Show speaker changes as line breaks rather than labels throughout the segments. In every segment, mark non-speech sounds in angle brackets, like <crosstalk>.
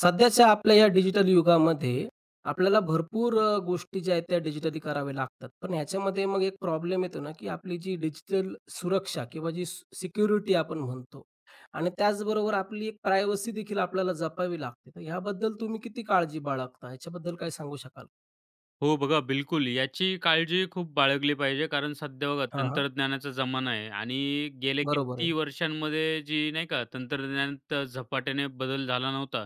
सध्याच्या आपल्या या डिजिटल युगामध्ये आपल्याला भरपूर गोष्टी ज्या आहेत त्या डिजिटली कराव्या लागतात. पण ह्याच्यामध्ये मग एक प्रॉब्लेम येतो ना, की आपली जी डिजिटल सुरक्षा किंवा जी सिक्युरिटी आपण म्हणतो आणि त्याचबरोबर आपली एक प्रायव्हसी देखील आपल्याला जपावी लागते. तर ह्याबद्दल तुम्ही किती काळजी बाळगता? ह्याच्याबद्दल काय सांगू शकाल?
हो बघा, बिलकुल. याची काळजी खूप बाळगली पाहिजे कारण सध्या बघा
हां, हां.
तंत्रज्ञानाचा जमाना आहे आणि गेले
बरोबर आहे.
किती वर्षांमध्ये जी नाही का तंत्रज्ञानात झपाट्याने बदल झाला नव्हता,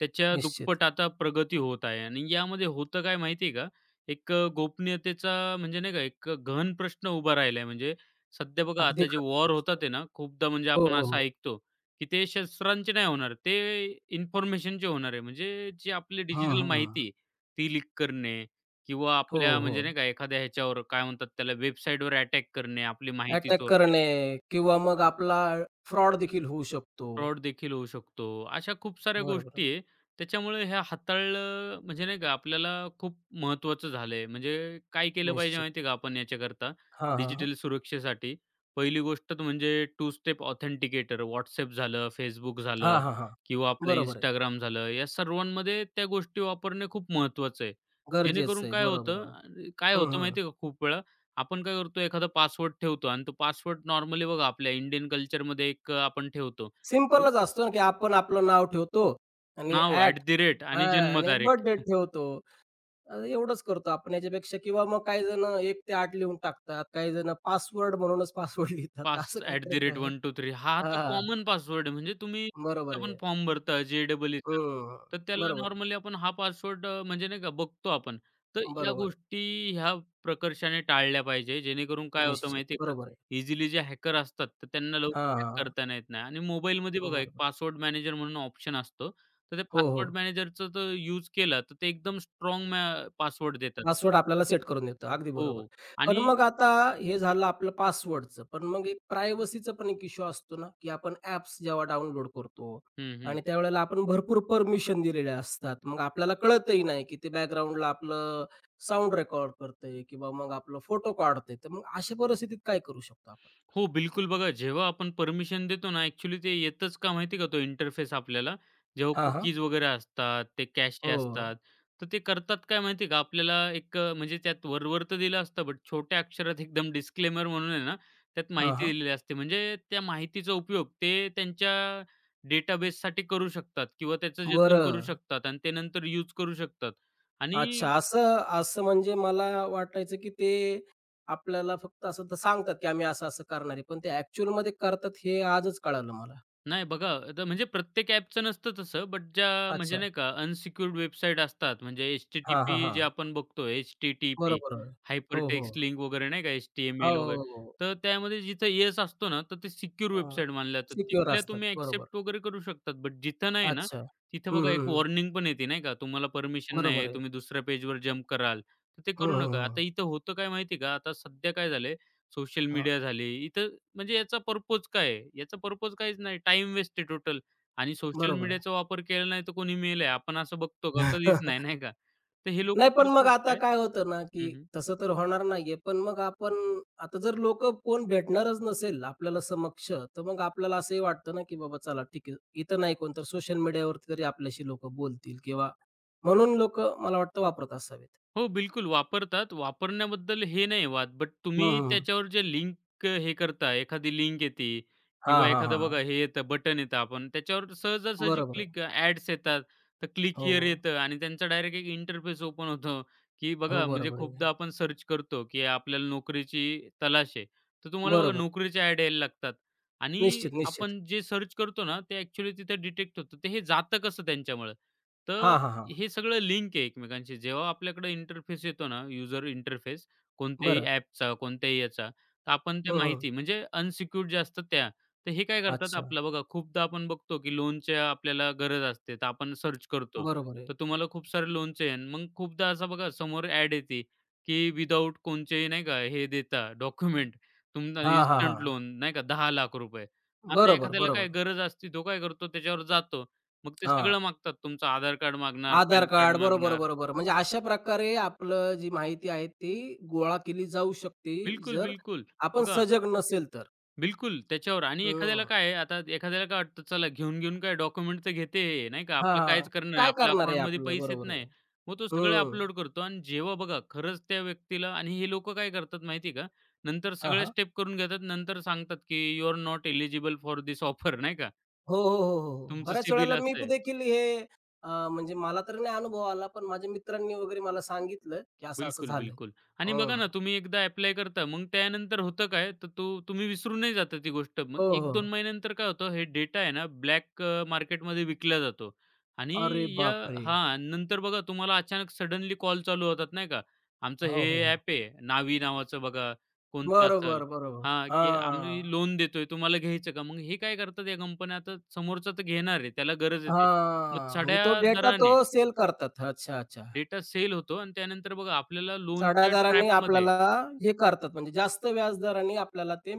त्याच्या
निश्चित.
दुप्पट आता प्रगती होत आहे आणि यामध्ये होतं काय माहिती आहे का? एक गोपनीयतेचा म्हणजे नाही का एक गहन प्रश्न उभा राहिला म्हणजे सध्या बघा
अगदी
आता जे
खरं
वॉर होतात
आहे.
आहे ना, खूपदा म्हणजे
हो,
आपण
हो,
असं
हो.
ऐकतो, की ते शस्त्रांचे नाही होणार, ते इन्फॉर्मेशनचे होणार आहे. म्हणजे जी आपली
हं,
डिजिटल
हं, हं.
माहिती ती लीक करणे किंवा
हो,
आपल्या
हो.
म्हणजे नाही का एखाद्या ह्याच्यावर काय म्हणतात त्याला वेबसाईटवर अटॅक करणे, आपली माहिती
अटॅक
चोरणे.
करणे किंवा मग आपला फ्रॉड देखील होऊ शकतो.
फ्रॉड देखील होऊ शकतो. अशा खूप साऱ्या
बरोबर.
गोष्टी आहे. त्याच्यामुळे हे हाताळलं म्हणजे नाही का आपल्याला खूप महत्त्वाचं झालंय. म्हणजे काय केलं पाहिजे
निश्चित.
माहिती आहे का आपण याच्याकरता
हां, हां, हां.
डिजिटल सुरक्षेसाठी? पहिली गोष्ट तर म्हणजे टू स्टेप ऑथेंटिकेटर WhatsApp झालं, Facebook
हां,
झालं
हां, हां.
किंवा आपलं
बरोबर आहे.
Instagram झालं. या सर्वांमध्ये त्या गोष्टी वापरणे खूप महत्त्वाचं आहे.
गरजेचं
जेणेकरून
आहे.
काय होतं
बरोबर.
अ, काय
हं,
होतं
हं.
माहिती का खूप वेळा आपण काय करतो एखादा पासवर्ड ठेवतो आणि तो पासवर्ड नॉर्मली बघा आपल्या इंडियन कल्चरमध्ये एक आपण ठेवतो.
सिंपलच असतो ना, की आपण आपलं नाव ठेवतो आणि
नाव
ॲट
ॲट द रेट आणि
हां आणि
जन्मतारीख.
बर्थडे ठेवतो. एवढंच करतो आपण याच्यापेक्षा किंवा मग काही जण 1 ते 8 लिहून टाकतात. काही जण पासवर्ड म्हणूनच पासवर्ड <laughs> लिहितात.
पास
असं
ॲट द
काहीतरी
रेट 1,
प्र
2, 3 हा तर
हां,
कॉमन पासवर्ड आहे. म्हणजे तुम्ही
बरोबर
पण
आहे.
फॉर्म भरता जे ई ई
हं.
तर त्याला
बरोबर आहे.
नॉर्मली आपण हा पासवर्ड म्हणजे नाही का बघतो आपण. तर या
बरोबर आहे.
गोष्टी ह्या प्रकर्षाने टाळल्या पाहिजे. जेणेकरून काय होतं
निश्चित.
माहिती आहे का?
बरोबर आहे.
इझिली जे हॅकर असतात तर त्यांना लवकर
हां,
हॅक
हां.
करताना येत नाही आणि मोबाईलमध्ये बघा एक
बरोबर.
पासवर्ड मॅनेजर म्हणून ऑप्शन असतो. तर ते
हो,
पासवर्ड
हो.
मॅनेजरचा जर यूज केला तर ते एकदम स्ट्रॉंग पासवर्ड देतात.
पासवर्ड आपल्याला सेट करून देतं. अगदी
हो,
बरोबर.
हो.
पण
आणि
मग आता हे झालं आपलं पासवर्डचं. पण मग एक प्रायव्हसीचा पण एक इश्यू असतो ना, की आपण ॲप्स जेव्हा डाउनलोड करतो
हं,
आणि
हं.
त्यावेळेला आपण भरपूर परमिशन दिलेल्या असतात. मग आपल्याला कळतही नाही, की ते बॅकग्राऊंडला आपलं साउंड रेकॉर्ड करतंय किंवा मग आपला फोटो काढतंय. तर मग अशा परिस्थितीत काय करू शकतो आपण?
हो, बिलकुल. बघा, जेव्हा आपण परमिशन देतो ना, ॲक्चुअली ते येतच का माहिती का, तो इंटरफेस आपल्याला. जेव्हा
हां, हां.
कुकीज वगैरे असतात, ते कॅशे
हो.
असतात, तर ते करतात काय माहिती आहे का, आपल्याला एक म्हणजे त्यात वरवर तर दिलं असतं, बट छोट्या अक्षरात एकदम डिस्क्लेमर म्हणून आहे ना, त्यात
हां,
माहिती
हां.
दिलेली असते. म्हणजे त्या माहितीचा उपयोग ते त्यांच्या डेटाबेससाठी करू शकतात किंवा त्याचं जतन
बरं.
करू शकतात आणि ते नंतर यूज करू शकतात. आणि
अच्छा. असं असं म्हणजे मला वाटायचं, की ते आपल्याला फक्त असं तर सांगतात, की आम्ही असं-असं करणार आहे. पण ते ॲक्चुअलमध्ये करतात हे आजच कळालं मला.
नाही बघा, आता म्हणजे प्रत्येक ॲपचं नसतं तसं, बट ज्या म्हणजे
अच्छा.
नाही का अनसिक्युअर्ड वेबसाईट असतात, म्हणजे
हां, हां,
एच-टी-टी-पी जे
हां.
आपण बघतो, एच-टी-टी-पी
बरोबर. हो, हो.
हायपरटेक्स्ट लिंक वगैरे नाही का,
हो,
एच-टी-एम-एल वगैरे.
हो.
तर त्यामध्ये जिथं येस असतो ना, तर ते सिक्युअर वेबसाईट मानल्या जातात.
सिक्युअर
तिथल्या
असतात.
तुम्ही
बरोबर.
एक्सेप्ट वगैरे करू शकतात. बट जिथं नाही ना,
अच्छा.
तिथं
हं,
बघा एक
हं, हं.
वॉर्निंग पण येते नाही का, तुम्हाला परमिशन नाही
बरोबर
आहे,
आहे.
तुम्ही दुसऱ्या पेजवर जंप कराल, तर ते
हं,
करू नका.
हं, हं.
आता इथं होतं काय माहिती का, आता सध्या काय झालंय, सोशल
हां.
मीडिया झाली, इथं म्हणजे याचा पर्पोज काय आहे? याचा पर्पोज काहीच नाही. टाइम वेस्ट आहे टोटल आणि सोशल
बरोबर आहे.
मीडियाचा वापर केला नाही तर कोणी मेलं आहे. आपण असं बघतो का? कधीच
<laughs>
नाही, नाही का? तर हे
नाही,
लोकं
पण मग
करतात
आता
काय.
काय होतं ना,
हं,
की
हं.
तसं तर होणार नाहीये. पण मग आपण आता जर लोकं कोण भेटणारच नसेल आपल्याला समक्ष, तर मग आपल्याला असंही वाटतं ना, की बाबा चला ठीक आहे. इथं नाही कोण तर सोशल मीडियावरती तरी आपल्याशी लोकं बोलतील किंवा म्हणून लोकं मला वाटतं वापरत असावेत.
हो, बिलकुल वापरतात. वापरण्याबद्दल हे नाही वाद, बट
हं,
तुम्ही
हं, हं.
त्याच्यावर जे लिंक हे करता, एखादी लिंक येते
हां,
किंवा
हां,
एखादं
हां,
बघा हे येतं, बटन येतं आपण त्याच्यावर सहजासहजी
बरोबर आहे.
क्लिक ॲड्स येतात. तर क्लिक
हो,
हिअर
हो.
येतं आणि त्यांचा डायरेक्ट एक इंटरफेस ओपन होतो, की
हो,
बघा म्हणजे
बरोबर आहे.
खूपदा आपण सर्च करतो, की आपल्याला नोकरीची तलाश आहे. तर तुम्हाला बघा
बरोबर.
नोकरीच्या ॲड यायला लागतात आणि
निश्चित, निश्चित.
आपण जे सर्च करतो ना, ते ॲक्चुअली तिथे डिटेक्ट होतं. तर हे जातं कसं त्यांच्यामुळं? तर
हां, हां, हां.
हे सगळं लिंक आहे एकमेकांशी. जेव्हा आपल्याकडे इंटरफेस येतो ना, यूजर इंटरफेस कोणत्याही
बरं.
ॲपचा, कोणत्याही याचा, तर आपण त्या
हं, हं.
माहिती म्हणजे अनसिक्युअर्ड ज्या असतात त्या. तर हे काय करतात
अच्छा.
आपलं बघा खूपदा आपण बघतो, की लोनच्या आपल्याला गरज असते, तर आपण सर्च करतो.
बरोबर आहे.
तर तुम्हाला खूप सारे लोनचे आहे. मग खूपदा असं बघा समोर ॲड येते, की विदाऊट कोणचेही नाही का हे देता डॉक्युमेंट तुम्हाला
हां, हां,
इन्स्टंट
हां.
लोन नाही का ₹10,00,000. आता
बरोबर,
एखाद्याला काय
बरोबर.
गरज असते, तो काय करतो त्याच्यावर जातो मग ते
हां.
सगळं मागतात. तुमचं आधार कार्ड मागणार,
आधार
पॅन कार्ड
कार्ड. बरोबर,
मागणार.
बरोबर. म्हणजे अशा प्रकारे आपलं जी माहिती आहे ती गोळा केली जाऊ शकते,
बिलकुल,
जर
बिलकुल.
आपण
बघा
सजग नसेल तर.
बिलकुल त्याच्यावर आणि एखाद्याला
हं.
काय आहे, आता एखाद्याला काय वाटतं, चला घेऊन-घेऊन काय डॉक्युमेंट तर घेते हे, नाही का?
हां,
आपलं
हां.
कायच करणार आहे.
काय
आपल्या
करणार आहे
अकाउंटमध्ये
आपलं?
पैसेच
बरोबर आहे.
नाही. मग तो सगळे
हं.
अपलोड करतो आणि जेव्हा बघा खरंच त्या व्यक्तीला आणि हे लोकं काय करतात माहिती आहे का? नंतर
हां,
सगळ्या
हां.
स्टेप करून घेतात. नंतर सांगतात, की "you are not eligible for this offer" नाही का?
हो, हो, हो, हो, हो.
तुमचं
बऱ्याच
सिबिल
वेळेला मी
असं
पण
आहे.
देखील हे म्हणजे मला तर नाही अनुभव आला, पण माझ्या मित्रांनी वगैरे मला सांगितलं, की असं-असं
बिलकुल,
झालंय.
बिलकुल. आणि बघा
हं.
ना, तुम्ही एकदा ॲप्लाय करता, मग त्यानंतर होतं काय, तर तो तुम्ही विसरूनही जाता ती गोष्ट. मग
हो, हो.
1-2 महिन्यानंतर काय होतं, हे डेटा आहे ना, ब्लॅक मार्केटमध्ये विकला जातो. आणि
अरे
या
बापरे!
हां, नंतर बघा तुम्हाला अचानक सडनली कॉल चालू होतात, नाही का. आमचं
हो,
हे
हो, हो.
ॲप आहे, नावी नावाचं बघा, कोणतं असेल
बरोबर, बरोबर.
हां, की
हां.
आम्ही लोन देतोय, तुम्हाला घ्यायचं का? मग हे काय करतात या कंपन्या, आता समोरचा तर घेणार आहे, त्याला गरजच आहे. मग
हां, म्हणजे तो
चढ्या
डेटा तो
दराने
सेल करतात. अच्छा, अच्छा.
डेटा सेल होतो आणि त्यानंतर बघा आपल्याला
चढ्या
लोनच्या
दराने
ट्रॅपमध्ये.
आपल्याला हे करतात म्हणजे जास्त व्याजदराने आपल्याला ते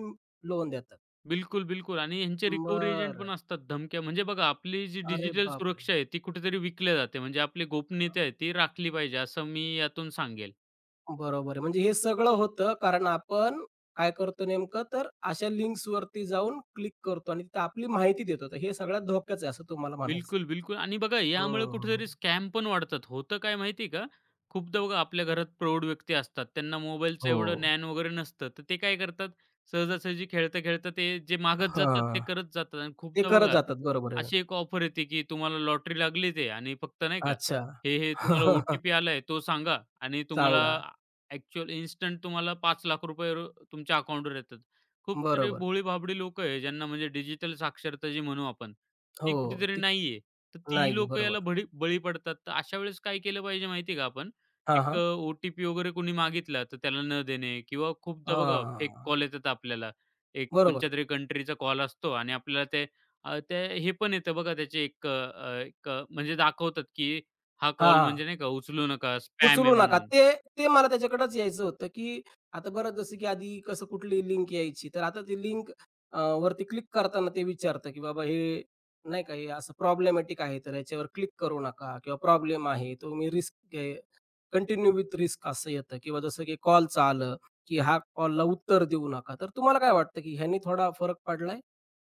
लोन देतात.
बिलकुल, बिलकुल आणि ह्यांचे रिकव्हरी एजंट पण
बरं.
असतात धमक्या. म्हणजे बघा आपली जी
अरे
डिजिटल
बापरे!
सुरक्षा आहे ती कुठेतरी विकल्या जाते. म्हणजे आपली गोपनीयता आहे ती राखली पाहिजे असं मी यातून सांगेल.
बरोबर आहे. म्हणजे हे सगळं होतं कारण आपण काय करतो नेमकं तर अशा लिंक्सवरती जाऊन क्लिक करतो आणि तिथं आपली माहिती देतो. तर हे सगळ्यात धोक्याचं आहे असं तुम्हाला म्हणायचं
बिलकुल, बिलकुल आणि बघा
आहे.
यामुळे
हं.
कुठेतरी स्कॅम पण वाढतात. होतं काय माहिती का? खूपदा बघा आपल्या घरात प्रौढ व्यक्ती असतात. त्यांना मोबाईलचं एवढं
हो.
ज्ञान वगैरे नसतं. तर ते काय करतात, सहजासहजी खेळता-खेळता ते जे मागत जातात
हां.
ते करत जातात आणि
ते
खूपदा
करत
बघा
जातात. बरोबर आहे.
अशी एक ऑफर येते, की तुम्हाला लॉटरी लागली ते आणि फक्त नाही का,
अच्छा.
हे तुम्हाला ओ
<laughs>
आलाय तो सांगा आणि तुम्हाला
सांगा.
ॲक्चुअल इन्स्टंट तुम्हाला ₹5,00,000 तुमच्या अकाउंटवर येतात. खूप सारे
बरोबर आहे.
भोळी-भाबडी लोकं आहे ज्यांना म्हणजे डिजिटल साक्षरता जी म्हणू आपण,
हो.
ती कुठेतरी
ती
नाहीये. तर ती
नाहीये.
लोक याला
बरोबर.
बळी बळी पडतात. तर अशा वेळेस काय केलं पाहिजे माहिती का आपण?
हां,
एक
हां.
ओ-टी-पी वगैरे कोणी मागितला तर त्याला न देणे किंवा खूपदा बघा फेक
हां.
कॉल येतात आपल्याला. एक
बरोबर.
कोणच्यातरी कंट्रीचा कॉल असतो आणि आपल्याला ते ते हे पण येतं बघा त्याचे एक म्हणजे दाखवतात की हा
हां,
कॉल
हां.
म्हणजे नाही का उचलू नका, स्पॅम आहे
उचलू नका.
म्हणून.
ते ते मला त्याच्याकडंच यायचं होतं, की आता बरं जसं की आधी कसं कुठली लिंक यायची, तर आता ती लिंक वरती क्लिक करताना ते विचारतं, की बाबा हे नाही का हे असं प्रॉब्लेमॅटिक आहे, तर याच्यावर क्लिक करू नका किंवा प्रॉब्लेम आहे, तो मी रिस्क आहे, कंटिन्यू विथ रिस्क असं येतं किंवा जसं की कॉलचं आलं, की हा कॉलला उत्तर देऊ नका. तर तुम्हाला काय वाटतं, की ह्यानी थोडा फरक पडलाय?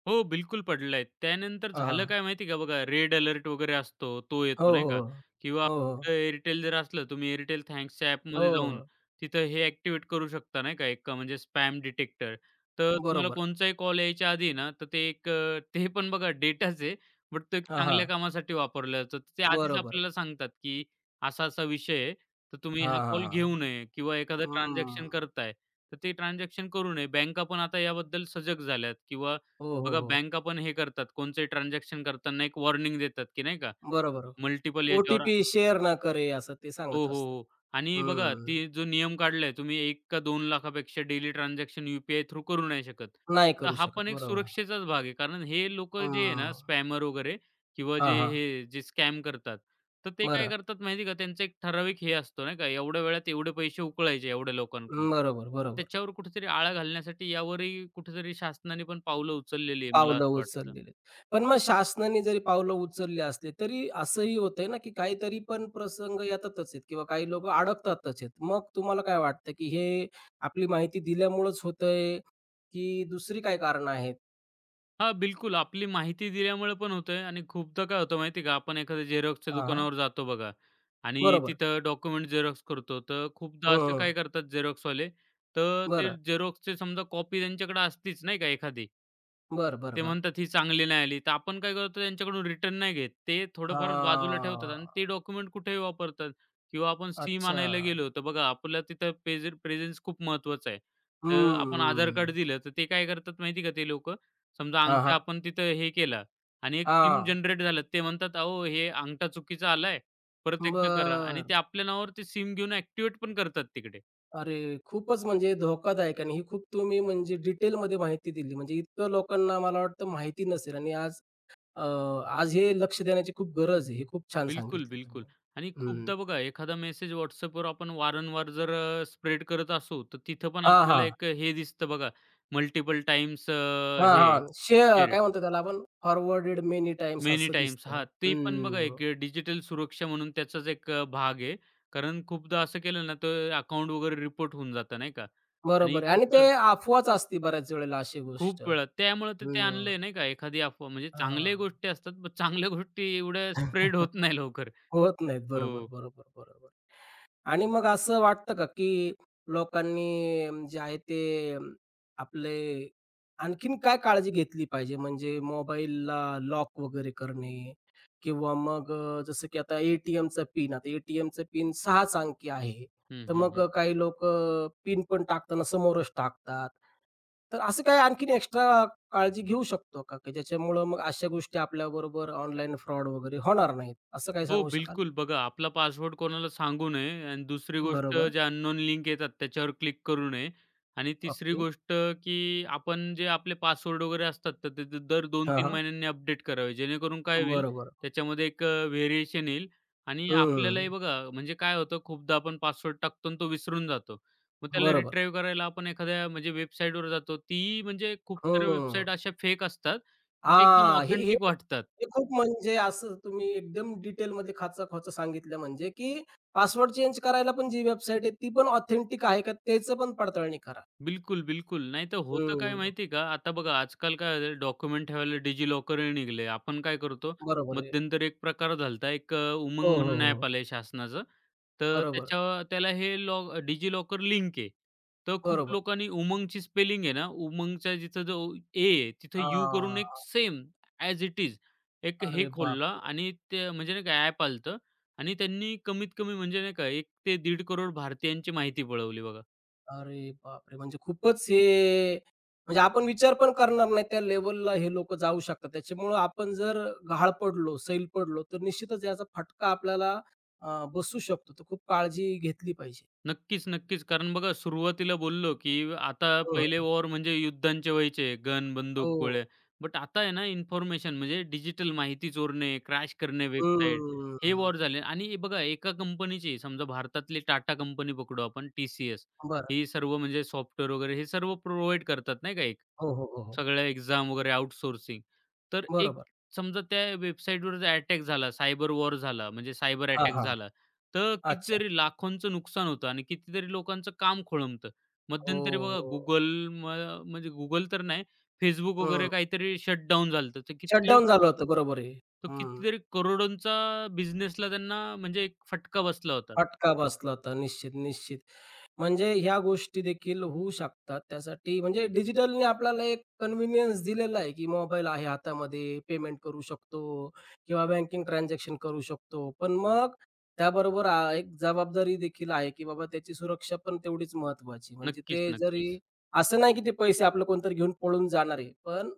हो, बिलकुल पडलाय. त्यानंतर
हां,
झालं
हां.
काय माहिती आहे का बघा, रेड अलर्ट वगैरे असतो, तो
हो,
येतो नाही
हो,
का
हो.
किंवा
हो, हो.
आपलं एअरटेल जर असलं, तुम्ही एअरटेल थँक्सच्या
हो,
ॲपमध्ये जाऊन
हो.
तिथं हे ॲक्टिव्हेट करू शकता नाही का, एक म्हणजे स्पॅम डिटेक्टर. तर तुम्हाला
बरोबर.
कोणचाही कॉल यायच्या आधी ना, तर ते एक ते पण बघा डेटाच आहे, बट तो एक
हां, हां.
चांगल्या कामासाठी वापरला जातो. ते आधीच
बरोबर.
आपल्याला सांगतात, की असा-असा विषय आहे, तर तुम्ही हा
हां, हां,
कॉल
हां.
घेऊ नये किंवा एखादं ट्रान्झॅक्शन
हं.
करताय, तर ते ट्रान्झॅक्शन करू नये. बँका पण आता याबद्दल सजग झाल्यात किंवा
हो, हो,
बघा
हो.
बँका पण हे करतात, कोणचंही ट्रान्झॅक्शन करताना एक वॉर्निंग देतात, की नाही का
बरोबर.
मल्टिपल याच्यावर.
ओ-टी-पी शेअर ना करे असं ते
हो,
सांगत
हो,
असतात.
हो. आणि बघा
हं.
ती जो नियम काढलाय तुम्ही एक का 2 लाखापेक्षा daily transaction U P through करू नाही शकत.
नाही
तर
करू
हा
शकत.
पण एक
बरोबर.
सुरक्षेचाच भाग आहे. कारण हे लोकं जे आहे ना
हं.
स्पॅमर वगैरे किंवा
हां,
जे
हां.
हे जे स्कॅम करतात, तर ते काय
बरं.
करतात माहिती का? त्यांचा एक ठराविक हे असतो नाही का, एवढ्या वेळात एवढे पैसे उकळायचे एवढ्या लोकांकडून.
हम्म, बरोबर, बरोबर.
त्याच्यावर कुठेतरी आळा घालण्यासाठी यावरही कुठेतरी शासनाने पण पावलं उचललेली आहे, मला
पावलं
असं वाटतं.
उचललेली. पण मग शासनाने जरी पावलं उचलली असली, तरी असंही होतंय ना, की काहीतरी पण प्रसंग येतातच आहेत किंवा काही लोकं अडकतातच आहेत. मग तुम्हाला काय वाटतं, की हे आपली माहिती दिल्यामुळंच होतंय, की दुसरी काय कारणं आहेत?
हां, बिलकुल. आपली माहिती दिल्यामुळे पण होतंय आणि खूपदा काय होतं माहिती आहे का, आपण एखाद्या झेरॉक्सच्या
हां, हां.
दुकानावर जातो बघा आणि
बरोबर.
तिथं डॉक्युमेंट झेरॉक्स करतो. तर खूपदा असं
हं,
काय करतात झेरॉक्सवाले, तर ते
बरं.
झेरॉक्सचे समजा कॉपी त्यांच्याकडे असतीच नाही का एखादी.
बर बर
ते
बरं.
म्हणतात ही चांगली नाही आली. तर आपण काय करतो त्यांच्याकडून रिटर्न नाही घेत. ते थोडंफार बाजूला ठेवतात
हां.
आणि ते डॉक्युमेंट कुठेही वापरतात किंवा आपण सिम
अच्छा.
आणायला गेलो, तर बघा आपल्याला तिथं पेज प्रेझेन्स खूप महत्त्वाचा आहे. तर
हं,
आपण आधार कार्ड
हं.
दिलं, तर ते काय करतात माहिती का ते लोकं समजा
हां,
अंगठा
हां.
आपण तिथं हे केला आणि एक सीम
हां.
जनरेट झालं. ते म्हणतात, "अहो, हे अंगठा चुकीचा आलाय. परत एकदा करा." आणि
बरं.
ते आपल्या नावावर ते सीम घेऊन ॲक्टिव्हेट पण करतात तिकडे.
अरे, खूपच म्हणजे धोकादायक आणि ही खूप तुम्ही म्हणजे डिटेलमध्ये माहिती दिली. म्हणजे इतकं लोकांना मला वाटतं माहिती नसेल आणि आज अ, आज हे लक्ष देण्याची खूप गरज आहे. हे खूप छान
बिलकुल,
सांगितलं
बिलकुल.
तुम्ही.
आणि
हं.
खूपदा बघा एखादा मेसेज WhatsAppवर आपण वारंवार जर स्प्रेड करत असू, तर तिथं पण
हां,
आपल्याला
हां.
एक हे दिसतं बघा मल्टिपल टाइम्स
हां,
हे
हां. शेअर काय म्हणतो त्याला आपण फॉरवर्डेड मेनी टाईम्स
मेनी
असं
टाइम्स
दिसतं.
हां, ते पण बघा
हं.
एक डिजिटल सुरक्षा म्हणून त्याचाच एक भाग आहे. कारण खूपदा असं केलं ना, तर अकाउंट वगैरे रिपोर्ट होऊन जातं नाही का? आणि
बरोबर आहे आणि ते
खूपदा
अफवाच असते बऱ्याच वेळेला अशी गोष्ट.
खूप वेळा. त्यामुळे तर ते
हं.
आणलंय नाही का एखादी अफवा म्हणजे
हां.
चांगल्याही गोष्टी असतात, पण चांगल्या गोष्टी एवढ्या स्प्रेड
<laughs>
होत नाही लवकर.
होत नाहीत. बरोबर,
हो.
बरोबर, बरोबर. आणि मग असं वाटतं का, की लोकांनी जे आहे ते अं, आपले आणखीन काय काळजी घेतली पाहिजे? म्हणजे मोबाईलला लॉक वगैरे करणे किंवा मग जसं की आता ए-टी-एमचा पिन, आता ए पिन 6 अंकी आहे.
हं,
तर
हं,
मग
हं.
काही लोकं पिन पण टाकताना समोरच टाकतात. तर असं काही आणखीन एक्स्ट्रा काळजी घेऊ शकतो का? की ज्याच्यामुळं मग अशा गोष्टी आपल्याबरोबर ऑनलाईन फ्रॉड वगैरे होणार नाहीत, असं काही
हो,
सांगू शकाल?
बिलकुल. बघा आपला पासवर्ड कोणाला सांगू नये आणि दुसरी गोष्ट
बरोबर.
जे अननोन लिंक येतात त्याच्यावर क्लिक करू नये आणि तिसरी
ओके.
गोष्ट, की आपण जे आपले पासवर्ड वगैरे असतात, तर ते दर 2
हां,
तीन
हां.
महिन्यांनी अपडेट करावे. जेणेकरून काय होईल
बरोबर.
त्याच्यामध्ये एक व्हेरिएशन येईल आणि आपल्यालाही
हं.
बघा म्हणजे काय होतं खूपदा आपण पासवर्ड टाकतो आणि तो विसरून जातो. मग त्याला
बरोबर.
रिट्राईव्ह करायला आपण एखाद्या म्हणजे वेबसाईटवर जातो. ती म्हणजे खूप साऱ्या
हं.
वेबसाईट अशा फेक असतात, की ते एकदम
हां. हे हे
ऑथेंटिक वाटतात.
हे खूप म्हणजे असं तुम्ही एकदम डिटेलमध्ये खाचाखोचा सांगितलं म्हणजे, की पासवर्ड चेंज करायला पण जी वेबसाईट आहे, ती पण ऑथेंटिक आहे का त्याचं पण पडताळणी करा.
बिलकुल, बिलकुल. नाहीतर होतं काय
हं.
माहिती का? आता बघा आजकाल काय झालं डॉक्युमेंट ठेवायला डिजी लॉकरही निघले. आपण काय करतो
बरोबर आहे.
मध्यंतरी एक प्रकार झाला एक उमंग
हो, हो,
म्हणून
हो.
ॲप आलंय शासनाचं. तर
बरोबर.
त्याच्या त्याला हे लॉ डिजी लॉकर लिंक आहे. तर खूप
बरोबर.
लोकांनी उमंगची स्पेलिंग आहे ना, उमंगच्या जिथं जो ए आहे तिथं यू करून
हां.
एक सेम ॲज इट इज एक हे
अरे
खोलला
बापरे!
आणि ते म्हणजे नाही का ॲप आलं आणि त्यांनी कमीत कमी म्हणजे नाही का 1 ते 1.5 करोड भारतीयांची माहिती पळवली बघा.
अरे बापरे! म्हणजे खूपच हे म्हणजे आपण विचार पण करणार नाही त्या लेव्हलला हे लोकं जाऊ शकतात. त्याच्यामुळं आपण जर गहाळ पडलो, सैल पडलो, तर निश्चितच याचा फटका आपल्याला बसू शकतो. तर खूप काळजी घेतली पाहिजे.
नक्कीच, नक्कीच. कारण बघा सुरुवातीला बोललो, की आता
हं,
पहिले
हं.
वॉर म्हणजे युद्धांचे व्हायचे, गन, बंदूक,
हो.
गोळ्या. बट आता आहे ना इन्फॉर्मेशन म्हणजे डिजिटल माहिती चोरणे, क्रॅश करणे वेबसाईट, हे
हम्म.
वॉर झाले आणि हे बघा एका कंपनीची समजा भारतातली टाटा कंपनी पकडू आपण टी-सी-एस.
बरं.
ही सर्व म्हणजे सॉफ्टवेअर वगैरे हे सर्व प्रोव्हाईड करतात नाही का एक.
हो, हो, हो, हो.
सगळ्या एक्झाम वगैरे आउटसोर्सिंग. तर एक
बरोबर.
समजा त्या वेबसाईटवर जर अटॅक झाला, सायबर वॉर झाला, म्हणजे सायबर
हां,
अटॅक
हां.
झाला, तर
अच्छा.
कितीतरी लाखोंचं नुकसान होतं आणि कितीतरी लोकांचं काम खोळंबतं. मध्यंतरी
हो.
बघा गुगल म म्हणजे Google तर नाही, Facebook
हं.
वगैरे काहीतरी शटडाउन झालं होतं. तर कितीतरी
शटडाउन झालं होतं. बरोबर आहे.
तो
हं.
कितीतरी करोडोंचा बिझनेसला त्यांना म्हणजे एक फटका बसला होता.
फटका बसला होता. निश्चित, निश्चित. म्हणजे ह्या गोष्टी देखील होऊ शकतात. त्यासाठी म्हणजे डिजिटलने आपल्याला एक कन्व्हिनियन्स दिलेला आहे, की मोबाईल आहे हातामध्ये, पेमेंट करू शकतो किंवा बँकिंग ट्रान्झॅक्शन करू शकतो. पण मग त्याबरोबर एक जबाबदारी देखील आहे, की बाबा त्याची सुरक्षा पण तेवढीच महत्त्वाची. म्हणजे
नक्कीच,
ते
नक्कीच.
जरी असं नाही की ते पैसे आपलं कोणतरी घेऊन पळून जाणार आहे. पण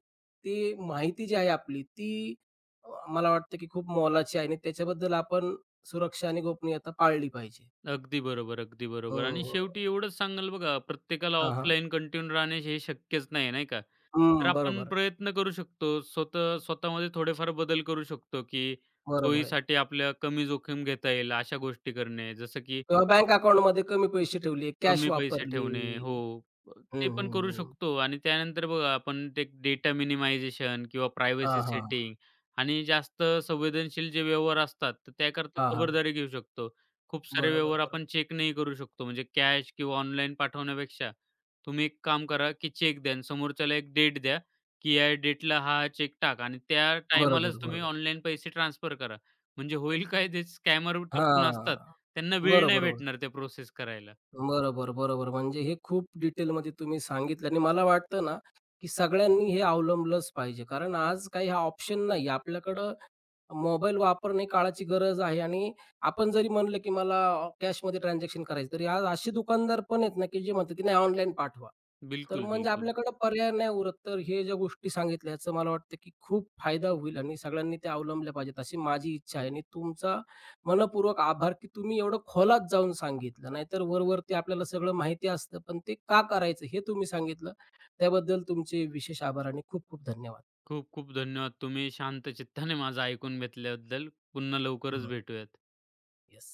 ती माहिती जी आहे आपली ती मला वाटतं की खूप मोलाची आहे आणि त्याच्याबद्दल आपण सुरक्षा आणि गोपनीयता पाळली पाहिजे.
अगदी बरोबर, अगदी बरोबर आणि
हं.
शेवटी एवढंच सांगाल बघा, प्रत्येकाला
हां, हां.
ऑफलाईन कंटिन्यू राहणे हे शक्यच नाही, नाही का? तर
हं,
आपण
बरोबर.
प्रयत्न करू शकतो. स्वतः स्वतःमध्ये थोडेफार बदल करू शकतो, की
बरोबर आहे.
सोयीसाठी आपल्या कमी जोखीम घेता येईल अशा गोष्टी करणे. जसं की
किंवा बँक अकाउंटमध्ये कमी पैसे ठेवले, कॅश
कमी पैसे
वापरली.
ठेवणे. हो. अ,
हं,
ते पण करू
हं, हं.
शकतो आणि त्यानंतर बघा आपण ते डेटा मिनिमायझेशन किंवा
हां,
प्रायव्हसी
हां.
सेटिंग आणि जास्त संवेदनशील जे व्यवहार असतात, तर त्याकरता
हां, हां.
खबरदारी घेऊ शकतो. खूप सारे
बरोबर,
व्यवहार
बरोबर.
आपण चेक नाही करू शकतो. म्हणजे कॅश किंवा ऑनलाईन पाठवण्यापेक्षा तुम्ही एक काम करा, की चेक द्या आणि समोरच्याला एक डेट द्या, की या डेटला हा चेक टाक आणि त्या
बरोबर,
टायमालाच तुम्ही
बरोबर.
ऑनलाईन पैसे ट्रान्सफर करा. म्हणजे होईल काय, ते स्कॅमर टपून असतात.
हां.
त्यांना वेळ
बरोबर,
नाही
बरोबर.
भेटणार ते प्रोसेस करायला.
बरोबर, बरोबर. म्हणजे हे खूप डिटेलमध्ये तुम्ही सांगितलं आणि मला वाटतं ना, की सगळ्यांनी हे अवलंबलंच पाहिजे. कारण आज काही हा ऑप्शन नाही आपल्याकडं मोबाईल वापरणे काळाची गरज आहे आणि आपण जरी म्हणलं, की मला कॅशमध्ये ट्रान्झॅक्शन करायचं, तरी आज असे दुकानदार पण आहेत ना, की जे म्हणतात, की नाही ऑनलाईन पाठवा. तर
बिलकुल,
म्हणजे
बिलकुल.
आपल्याकडे पर्याय नाही उरत. तर हे ज्या गोष्टी सांगितल्या, याचा मला वाटतं, की खूप फायदा होईल आणि सगळ्यांनी त्या अवलंबल्या पाहिजेत, अशी माझी इच्छा आहे. आणि तुमचा मनःपूर्वक आभार, की तुम्ही एवढं खोलात जाऊन सांगितलं. नाहीतर वरवरती आपल्याला सगळं माहिती असतं, पण ते का करायचं हे तुम्ही सांगितलं. त्याबद्दल तुमचे विशेष आभार आणि खूप खूप धन्यवाद.
खूप-खूप धन्यवाद. तुम्ही शांत चित्ताने माझं ऐकून घेतल्याबद्दल. पुन्हा लवकरच भेटूयात.
येस.